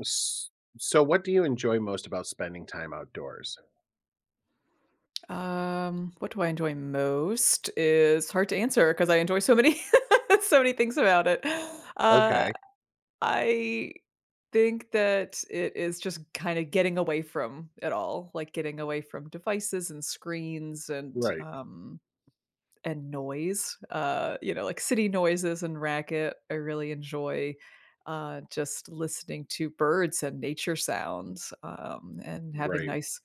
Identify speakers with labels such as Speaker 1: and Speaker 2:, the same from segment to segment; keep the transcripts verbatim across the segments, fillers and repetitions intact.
Speaker 1: S, so what do you enjoy most about spending time outdoors?
Speaker 2: Um, what do I enjoy most is hard to answer because I enjoy so many so many things about it. Uh,
Speaker 1: Okay.
Speaker 2: I think that it is just kinda getting away from it all, like, getting away from devices and screens and,
Speaker 1: Right.
Speaker 2: um and noise, uh, you know, like city noises and racket. I really enjoy uh, just listening to birds and nature sounds um, and having
Speaker 1: Right.
Speaker 2: nice,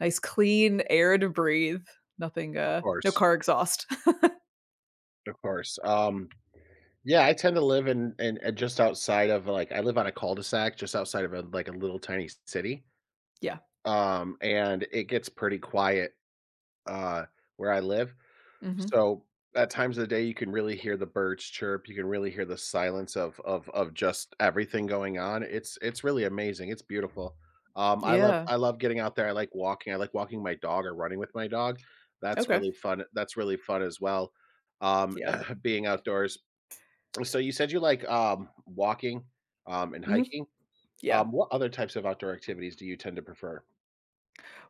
Speaker 2: nice clean air to breathe. Nothing,
Speaker 1: Of
Speaker 2: uh, no
Speaker 1: course.
Speaker 2: car exhaust.
Speaker 1: Of course. Um, yeah, I tend to live in in uh, just outside of, like, I live on a cul-de-sac just outside of a, like, a little tiny city,
Speaker 2: Yeah.
Speaker 1: um, and it gets pretty quiet, uh, where I live.
Speaker 2: Hmm.
Speaker 1: So, at times of the day, you can really hear the birds chirp, you can really hear the silence of of of just everything going on. It's it's really amazing, it's beautiful. Um, I love
Speaker 2: Yeah.
Speaker 1: I love getting out there, I like walking, I like walking my dog or running with my dog. That's
Speaker 2: Okay.
Speaker 1: really fun that's really fun as well, um,
Speaker 2: Yeah.
Speaker 1: being outdoors. So you said you like, um, walking, um, and
Speaker 2: Hmm.
Speaker 1: hiking.
Speaker 2: Yeah.
Speaker 1: Um, what other types of outdoor activities do you tend to prefer?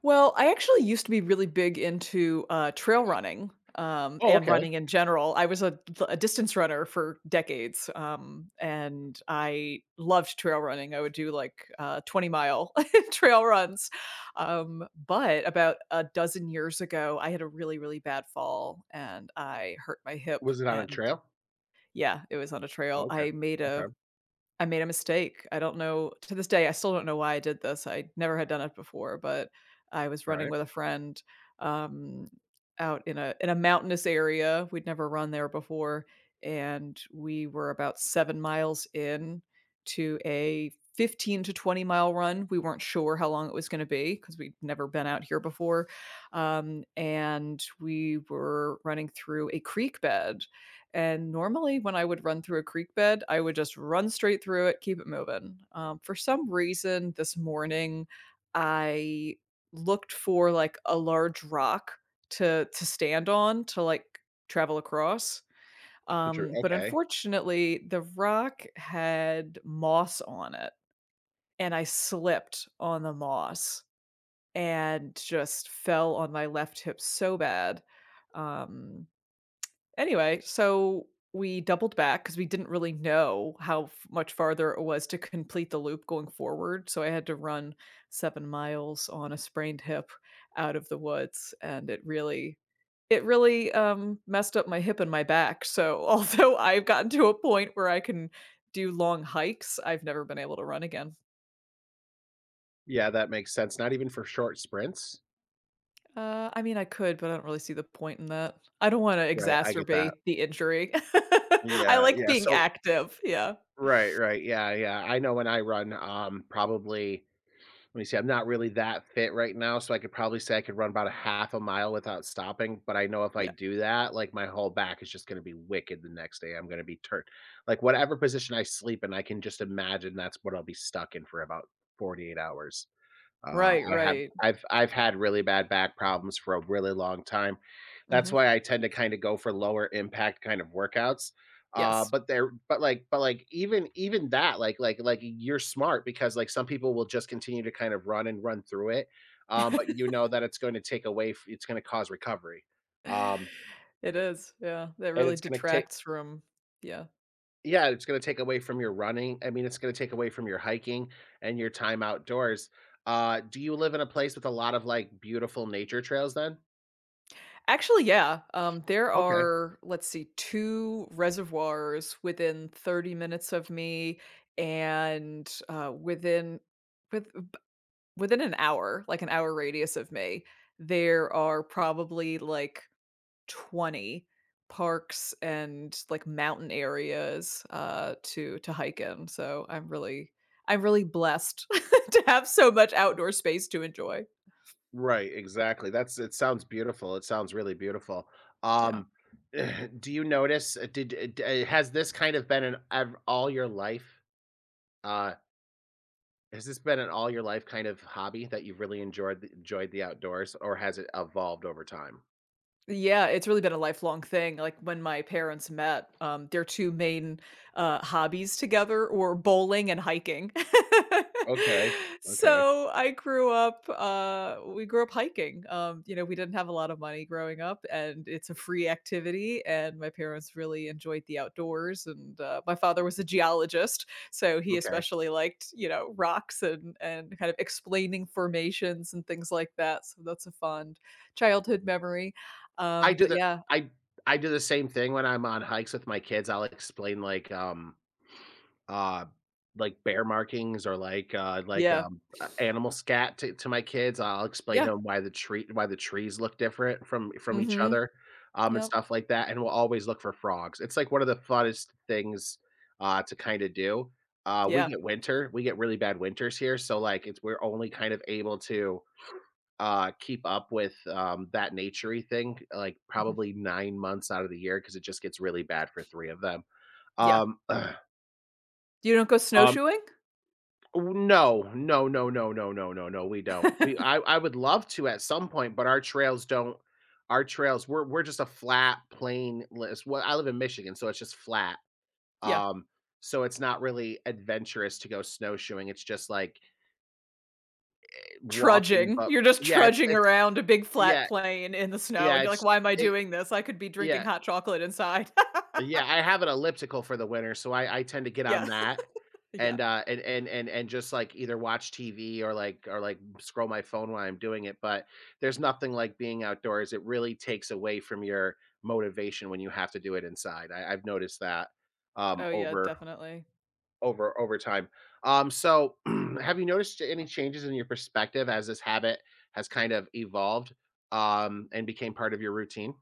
Speaker 2: Well, I actually used to be really big into, uh, trail running, um,
Speaker 1: Oh,
Speaker 2: and
Speaker 1: okay.
Speaker 2: running in general. I was a a distance runner for decades, um, and I loved trail running. I would do, like, uh, twenty-mile trail runs, um, but about a dozen years ago, I had a really, really bad fall, and I hurt my hip,
Speaker 1: Was it on a
Speaker 2: and
Speaker 1: trail?
Speaker 2: yeah, it was on a trail.
Speaker 1: Okay.
Speaker 2: I made
Speaker 1: Okay.
Speaker 2: a I made a mistake. I don't know to this day, I still don't know why I did this. I never had done it before, but I was running
Speaker 1: Alright.
Speaker 2: with a friend, um, out in a in a mountainous area. We'd never run there before, and we were about seven miles in to a fifteen to twenty mile run. We weren't sure how long it was gonna be because 'cause we'd never been out here before, um, and we were running through a creek bed and normally, when I would run through a creek bed, I would just run straight through it, keep it moving. Um, for some reason, this morning, I looked for like a large rock to to stand on to like travel across.
Speaker 1: Did you
Speaker 2: Um, but
Speaker 1: okay.
Speaker 2: unfortunately, the rock had moss on it, and I slipped on the moss and just fell on my left hip so bad. Um, Anyway, so we doubled back because we didn't really know how f much farther it was to complete the loop going forward, so I had to run seven miles on a sprained hip out of the woods, and it really it really, um, messed up my hip and my back, so although I've gotten to a point where I can do long hikes, I've never been able to run again.
Speaker 1: Yeah, that makes sense. Not even for short sprints?
Speaker 2: Uh, I mean, I could, but I don't really see the point in that. I don't wanna
Speaker 1: Right, I get that.
Speaker 2: exacerbate the injury. I
Speaker 1: Yeah,
Speaker 2: like
Speaker 1: yeah,
Speaker 2: being
Speaker 1: so
Speaker 2: active, yeah, yeah.
Speaker 1: Right, right, yeah, yeah. I know when I run, um, probably, let me see, I'm not really that fit right now, so I could probably say I could run about a half a mile without stopping, but I know if I do that, like, my whole back is just gonna be wicked the next day. I'm gonna be turned, like, whatever position I sleep in, I can just imagine that's what I'll be stuck in for about forty-eight hours. Uh,
Speaker 2: Right,
Speaker 1: I have
Speaker 2: right.
Speaker 1: I've I've had really bad back problems for a really long time. That's
Speaker 2: Mhm.
Speaker 1: why I tend to kinda go for lower impact kind of workouts. Uh,
Speaker 2: Yes.
Speaker 1: but are but, like but, like, even even that, like like like, you're smart because, like, some people will just continue to kind of run and run through it, um, but you know that it's gonna take away f it's gonna cause recovery. Um,
Speaker 2: It is, yeah, that
Speaker 1: and
Speaker 2: really
Speaker 1: it's gonna take.
Speaker 2: detracts from, yeah.
Speaker 1: Yeah, it's gonna take away from your running. I mean, it's gonna take away from your hiking and your time outdoors. Uh, do you live in a place with a lot of, like, beautiful nature trails then?
Speaker 2: Actually, yeah, um, there
Speaker 1: Okay.
Speaker 2: are, let's see, two reservoirs within thirty minutes of me and, uh, within with uh, b within an hour, like an hour radius of me, there are probably, like twenty parks and, like, mountain areas, uh, to to hike in, so I'm really I'm really blessed to have so much outdoor space to enjoy.
Speaker 1: Right, exactly. That's It sounds beautiful. It sounds really beautiful.
Speaker 2: Yeah.
Speaker 1: Um, do you notice uh, did uh, d uh, has this kind of been an ev all your life? Uh, has this been an all your life kind of hobby that you've really enjoyed the enjoyed the outdoors, or has it evolved over time?
Speaker 2: Yeah, it's really been a lifelong thing. Like when my parents met, um, their two main uh, hobbies together were bowling and hiking.
Speaker 1: Okay. Okay.
Speaker 2: so I grew up, uh, we grew up hiking. Um, you know, we didn't have a lot of money growing up, and it's a free activity. And my parents really enjoyed the outdoors. And uh, my father was a geologist, so he
Speaker 1: Okay.
Speaker 2: especially liked, you know, rocks and and kind of explaining formations and things like that. So that's a fond childhood memory
Speaker 1: I
Speaker 2: um,
Speaker 1: do
Speaker 2: but
Speaker 1: the
Speaker 2: yeah,
Speaker 1: I I do the same thing when I'm on hikes with my kids. I'll explain, like, um, uh, like bear markings or like, uh, like,
Speaker 2: yeah,
Speaker 1: um, uh, animal scat to, to my kids. I'll explain
Speaker 2: yeah,
Speaker 1: to them why the tree why the trees look different from from each
Speaker 2: mhm,
Speaker 1: other, um, and
Speaker 2: yep,
Speaker 1: stuff like that. And we'll always look for frogs. It's like one of the funnest things, uh, to kind of do. Uh, we
Speaker 2: yeah,
Speaker 1: get winter. We get really bad winters here, so like it's we're only kind of able to uh, keep up with, um, that naturey thing, like,
Speaker 2: mhm,
Speaker 1: probably nine months out of the year, because it just gets really bad for three of them.
Speaker 2: yeah.
Speaker 1: Um,
Speaker 2: You don't go
Speaker 1: um,
Speaker 2: snowshoeing?
Speaker 1: no, no, no, no, no, no, no, no, we don't. We I I would love to at some point, but our trails don't our trails we're we're just a flat, plain list well, I live in Michigan, so it's just flat.
Speaker 2: Yeah,
Speaker 1: Um, so it's not really adventurous to go snowshoeing, it's just like, eh, walking,
Speaker 2: trudging.
Speaker 1: but
Speaker 2: You're just
Speaker 1: yeah, it's
Speaker 2: trudging
Speaker 1: it's
Speaker 2: around a big flat
Speaker 1: yeah,
Speaker 2: plain in the snow,
Speaker 1: yeah,
Speaker 2: and you're like,
Speaker 1: it's
Speaker 2: "Why am I
Speaker 1: it
Speaker 2: doing this? I could be drinking
Speaker 1: yeah.
Speaker 2: hot chocolate inside."
Speaker 1: Yeah, I have an elliptical for the winter, so I I tend to get on
Speaker 2: Yeah,
Speaker 1: that
Speaker 2: yeah.
Speaker 1: and, uh, and and and and just, like, either watch T V or, like or, like, scroll my phone while I'm doing it, but there's nothing like being outdoors. It really takes away from your motivation when you have to do it inside. I I've noticed that, um,
Speaker 2: Oh, yeah,
Speaker 1: over
Speaker 2: definitely.
Speaker 1: over over time. Um, so, have you noticed any changes in your perspective as this habit has kind of evolved, um, and became part of your routine?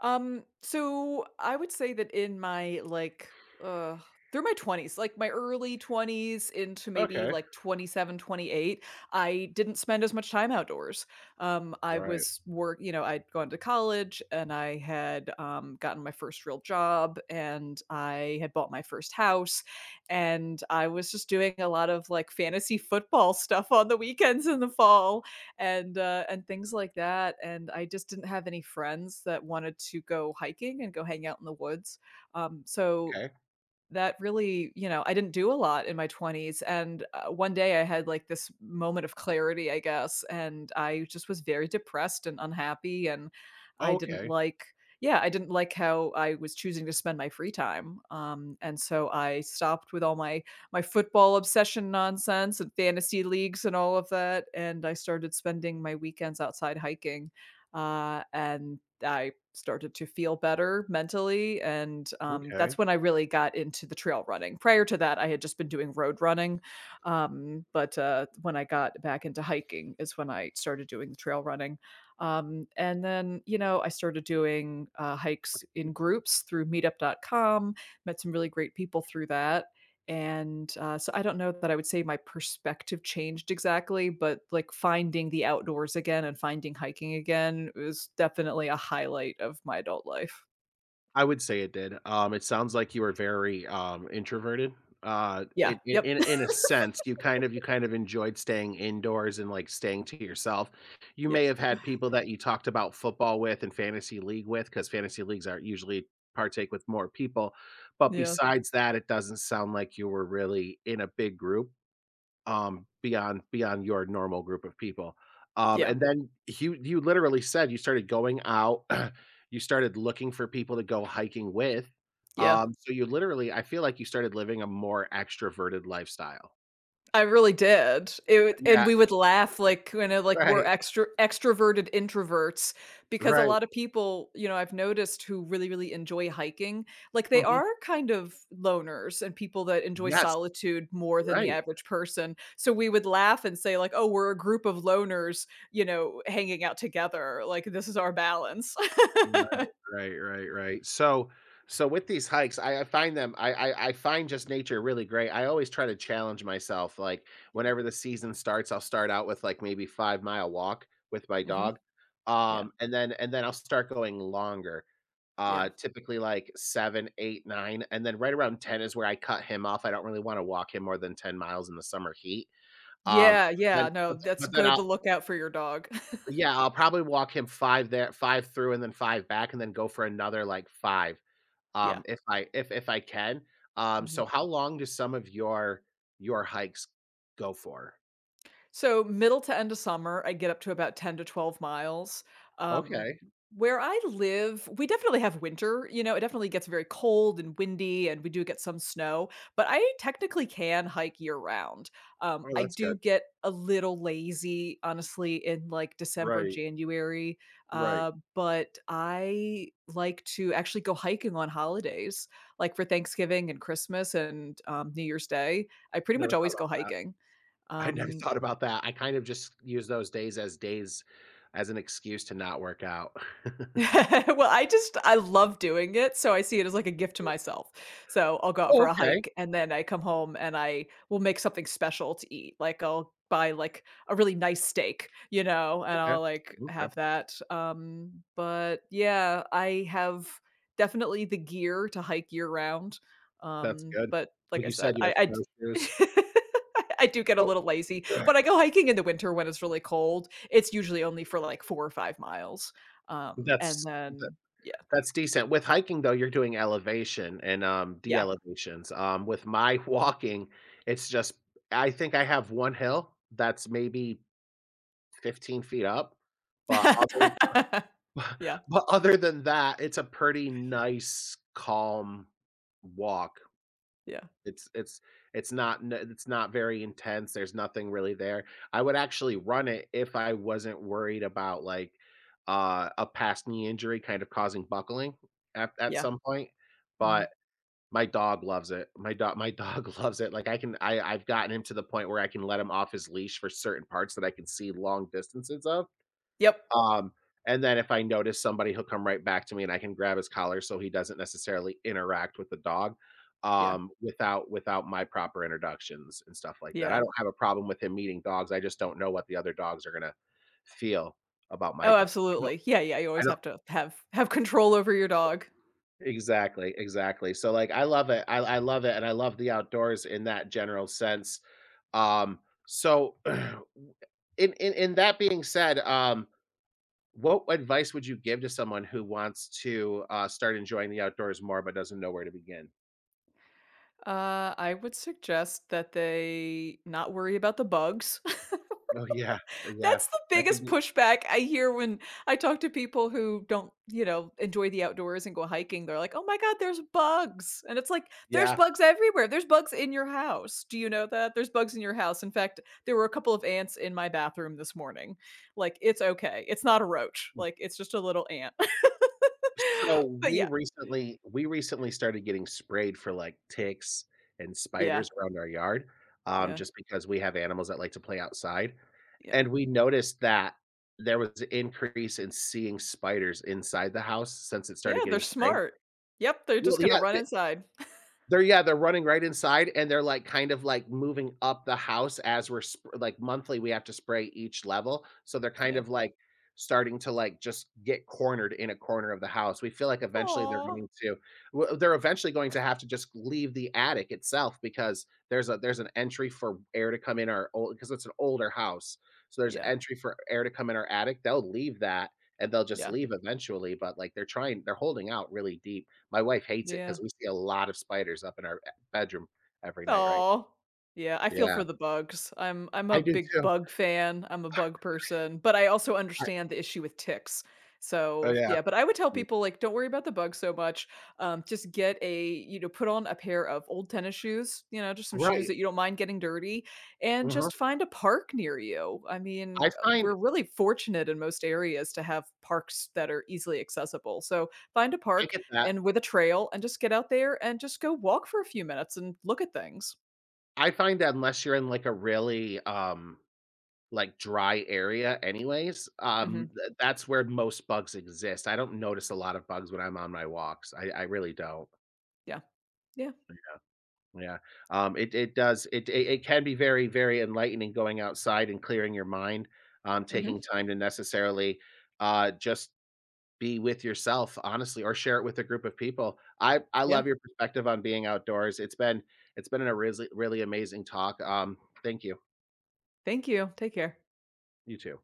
Speaker 2: Um, so I would say that in my like uh through my twenties, like my early twenties into maybe
Speaker 1: Okay.
Speaker 2: like twenty seven, twenty eight, I didn't spend as much time outdoors. Um, I
Speaker 1: Right.
Speaker 2: was work, you know, I'd gone to college and I had um, gotten my first real job and I had bought my first house and I was just doing a lot of like fantasy football stuff on the weekends in the fall and uh, and things like that. And I just didn't have any friends that wanted to go hiking and go hang out in the woods. Um, so
Speaker 1: Okay.
Speaker 2: that really, you know, I didn't do a lot in my twenties, and, uh, one day I had, like, this moment of clarity, I guess, and I just was very depressed and unhappy, and I didn't
Speaker 1: Okay.
Speaker 2: like yeah, I didn't like how I was choosing to spend my free time, um, and so I stopped with all my my football obsession nonsense and fantasy leagues and all of that, and I started spending my weekends outside hiking, uh, and I started to feel better mentally, and, um,
Speaker 1: Okay.
Speaker 2: that's when I really got into the trail running. Prior to that, I had just been doing road running, um, but, uh, when I got back into hiking is when I started doing the trail running, um, and then, you know, I started doing, uh, hikes in groups through meetup dot com, met some really great people through that, and, uh, so I don't know that I would say my perspective changed exactly, but, like, finding the outdoors again and finding hiking again was definitely a highlight of my adult life.
Speaker 1: I would say it did. Um, it sounds like you were very, um, introverted. Uh,
Speaker 2: Yeah,
Speaker 1: in in
Speaker 2: yep.
Speaker 1: in in a sense, you kind of you kind of enjoyed staying indoors and, like, staying to yourself. You
Speaker 2: Yeah,
Speaker 1: may have had people that you talked about football with and fantasy league with, because fantasy leagues are usually partake with more people, but
Speaker 2: yeah,
Speaker 1: besides that, it doesn't sound like you were really in a big group. Um, beyond beyond your normal group of people. Um,
Speaker 2: yeah,
Speaker 1: and then you you literally said you started going out, you started looking for people to go hiking with.
Speaker 2: yeah.
Speaker 1: Um, so you literally, I feel like, you started living a more extroverted lifestyle.
Speaker 2: I really did. It and
Speaker 1: Yeah,
Speaker 2: We would laugh like you know, like we're
Speaker 1: right,
Speaker 2: extra extroverted introverts because a
Speaker 1: right.
Speaker 2: lot of people, you know, I've noticed who really, really enjoy hiking, like they
Speaker 1: Mhm.
Speaker 2: are kind of loners and people that enjoy
Speaker 1: Yes,
Speaker 2: solitude more than the
Speaker 1: right.
Speaker 2: average person. So we would laugh and say, like, oh, we're a group of loners, you know, hanging out together. Like this is our balance.
Speaker 1: Right, right, right, right. So so with these hikes, I I find them, I I I find just nature really great. I always try to challenge myself, like,
Speaker 2: Yeah.
Speaker 1: whenever the season starts, I'll start out with, like, maybe five mile walk with my
Speaker 2: Mhm.
Speaker 1: dog,
Speaker 2: Yeah.
Speaker 1: um, and then and then I'll start going longer,
Speaker 2: Yeah.
Speaker 1: uh, typically, like, seven, eight, nine, and then right around ten is where I cut him off. I don't really wanna walk him more than ten miles in the summer heat, um,
Speaker 2: Yeah,
Speaker 1: but then
Speaker 2: yeah, no,
Speaker 1: but
Speaker 2: that's
Speaker 1: but then
Speaker 2: good
Speaker 1: I'll
Speaker 2: to look out for your dog.
Speaker 1: yeah, I'll probably walk him five there, five through, and then five back, and then go for another, like, five, um,
Speaker 2: Yeah.
Speaker 1: if I if if I can. Um,
Speaker 2: Mhm.
Speaker 1: so how long do some of your your hikes go for?
Speaker 2: So middle to end of summer, I get up to about ten to twelve miles. Um,
Speaker 1: Okay.
Speaker 2: where I live, we definitely have winter. You know, it definitely gets very cold and windy, and we do get some snow, but I technically can hike year round. Um,
Speaker 1: Oh,
Speaker 2: I
Speaker 1: that's
Speaker 2: do
Speaker 1: good.
Speaker 2: get a little lazy, honestly, in like December,
Speaker 1: Right,
Speaker 2: January,
Speaker 1: right.
Speaker 2: uh, but I like to actually go hiking on holidays, like for Thanksgiving and Christmas and um, New Year's Day. I pretty
Speaker 1: Never
Speaker 2: much
Speaker 1: thought
Speaker 2: always go
Speaker 1: about that.
Speaker 2: hiking.
Speaker 1: I never
Speaker 2: Um,
Speaker 1: thought about that. I kind of just use those days as days as an excuse to not work out.
Speaker 2: Well, I just I love doing it, so I see it as like a gift to myself. So I'll go out
Speaker 1: Oh,
Speaker 2: for a
Speaker 1: okay,
Speaker 2: hike and then I come home and I will make something special to eat. Like I'll buy like a really nice steak, you know, and
Speaker 1: okay,
Speaker 2: I'll like
Speaker 1: okay.
Speaker 2: have that. Um, but yeah, I have definitely the gear to hike year round.
Speaker 1: That's
Speaker 2: Um,
Speaker 1: good.
Speaker 2: but like
Speaker 1: Like
Speaker 2: I
Speaker 1: you said,
Speaker 2: said,
Speaker 1: you have
Speaker 2: I I d-
Speaker 1: snowshoes.
Speaker 2: I do get a
Speaker 1: Oh,
Speaker 2: little lazy. When I go hiking in the winter when it's really cold, it's usually only for like four or five miles. Um,
Speaker 1: that's
Speaker 2: and then yeah,
Speaker 1: that's decent. With hiking, though, you're doing elevation and, um,
Speaker 2: yeah.
Speaker 1: de-elevations. Um, with my walking, it's just, I think I have one hill that's maybe fifteen feet up, but other,
Speaker 2: Yeah,
Speaker 1: but other than that, it's a pretty nice, calm walk.
Speaker 2: yeah,
Speaker 1: It's it's it's not n it's not very intense, there's nothing really there. I would actually run it if I wasn't worried about, like, uh, a past knee injury kind of causing buckling at at
Speaker 2: yeah,
Speaker 1: some point,
Speaker 2: mhm.
Speaker 1: but my dog loves it. My dog my dog loves it. Like I can I I've gotten him to the point where I can let him off his leash for certain parts that I can see long distances of.
Speaker 2: Yep,
Speaker 1: Um, and then if I notice somebody, he'll come right back to me and I can grab his collar so he doesn't necessarily interact with the dog
Speaker 2: yeah,
Speaker 1: um without without my proper introductions and stuff like that. I
Speaker 2: yeah.
Speaker 1: don't have a problem with him meeting dogs. I just don't know what the other dogs are gonna feel about my
Speaker 2: Oh,
Speaker 1: dog.
Speaker 2: absolutely. Yeah, yeah, you
Speaker 1: I
Speaker 2: always
Speaker 1: don't I
Speaker 2: have to have have control over your dog.
Speaker 1: Exactly, exactly. So, like, I love it. I I love it and I love the outdoors in that general sense. Um, so in in in that being said, um, what advice would you give to someone who wants to uh start enjoying the outdoors more but doesn't know where to begin?
Speaker 2: Uh, I would suggest that they not worry about the bugs.
Speaker 1: Oh yeah. Yeah.
Speaker 2: That's the
Speaker 1: That could
Speaker 2: biggest
Speaker 1: be
Speaker 2: pushback I hear when I talk to people who don't, you know, enjoy the outdoors and go hiking. They're like, "Oh my god, there's bugs." And it's like, "There's
Speaker 1: yeah.
Speaker 2: bugs everywhere. There's bugs in your house. Do you know that? There's bugs in your house. In fact, there were a couple of ants in my bathroom this morning." Like, it's okay. It's not a roach. Like, it's just a little ant.
Speaker 1: So
Speaker 2: But
Speaker 1: we
Speaker 2: yeah.
Speaker 1: recently, we recently started getting sprayed for, like, ticks and
Speaker 2: Yeah.
Speaker 1: spiders around our yard, um
Speaker 2: Yeah.
Speaker 1: just because we have animals that like to play outside.
Speaker 2: Yeah.
Speaker 1: And we noticed that there was an increase in seeing spiders inside the house since it started
Speaker 2: Yeah, they're
Speaker 1: getting sprayed.
Speaker 2: smart. Yep, they're
Speaker 1: Well,
Speaker 2: just gonna
Speaker 1: yeah,
Speaker 2: run
Speaker 1: they
Speaker 2: inside.
Speaker 1: they're yeah, they're running right inside and they're, like, kind of, like, moving up the house as we're sp like, monthly, we have to spray each level, so they're, kind
Speaker 2: Yeah.
Speaker 1: of, like, starting to, like, just get cornered in a corner of the house. We feel like eventually they're
Speaker 2: Aw.
Speaker 1: going to w they're eventually going to have to just leave the attic itself because there's a there's an entry for air to come in our old because it's an older house, so there's
Speaker 2: Yeah.
Speaker 1: entry for air to come in our attic. They'll leave that, and they'll just
Speaker 2: Yeah.
Speaker 1: leave eventually, but, like, they're trying they're holding out really deep. My wife hates it
Speaker 2: Yeah.
Speaker 1: because we see a lot of spiders up in our e bedroom every night, right?
Speaker 2: Oh, yeah, I feel
Speaker 1: Yeah,
Speaker 2: for the bugs. I'm I'm
Speaker 1: I
Speaker 2: a
Speaker 1: do
Speaker 2: big
Speaker 1: too.
Speaker 2: bug fan, I'm a bug person, but I also
Speaker 1: I
Speaker 2: understand the issue with ticks.
Speaker 1: oh,
Speaker 2: So,
Speaker 1: yeah.
Speaker 2: yeah, but I would tell
Speaker 1: Mm.
Speaker 2: people, like, "Don't worry about the bugs so much, um, just get a" you know, "put on a pair of old tennis shoes," you know, just some shoes
Speaker 1: Right.
Speaker 2: that you don't mind getting dirty, and
Speaker 1: Mhm.
Speaker 2: just find a park near you. I mean,
Speaker 1: I
Speaker 2: uh,
Speaker 1: find
Speaker 2: we're really fortunate in most areas to have parks that are easily accessible, so find a
Speaker 1: I
Speaker 2: park,
Speaker 1: get that.
Speaker 2: and with a trail and just get out there and just go walk for a few minutes and look at things.
Speaker 1: I find that unless you're in, like, a really, um, like, dry area anyways, um,
Speaker 2: Mhm.
Speaker 1: th that's where most bugs exist. I don't notice a lot of bugs when I'm on my walks. I I really don't.
Speaker 2: Yeah. Yeah.
Speaker 1: Yeah. Um, it it does it it it can be very, very enlightening going outside and clearing your mind, um,
Speaker 2: Mhm.
Speaker 1: taking time to necessarily, uh, just be with yourself, honestly, or share it with a group of people. I I
Speaker 2: Yeah.
Speaker 1: love your perspective on being outdoors. It's been it's been a really, really amazing talk. Um, thank you.
Speaker 2: Thank you. Take care.
Speaker 1: You too.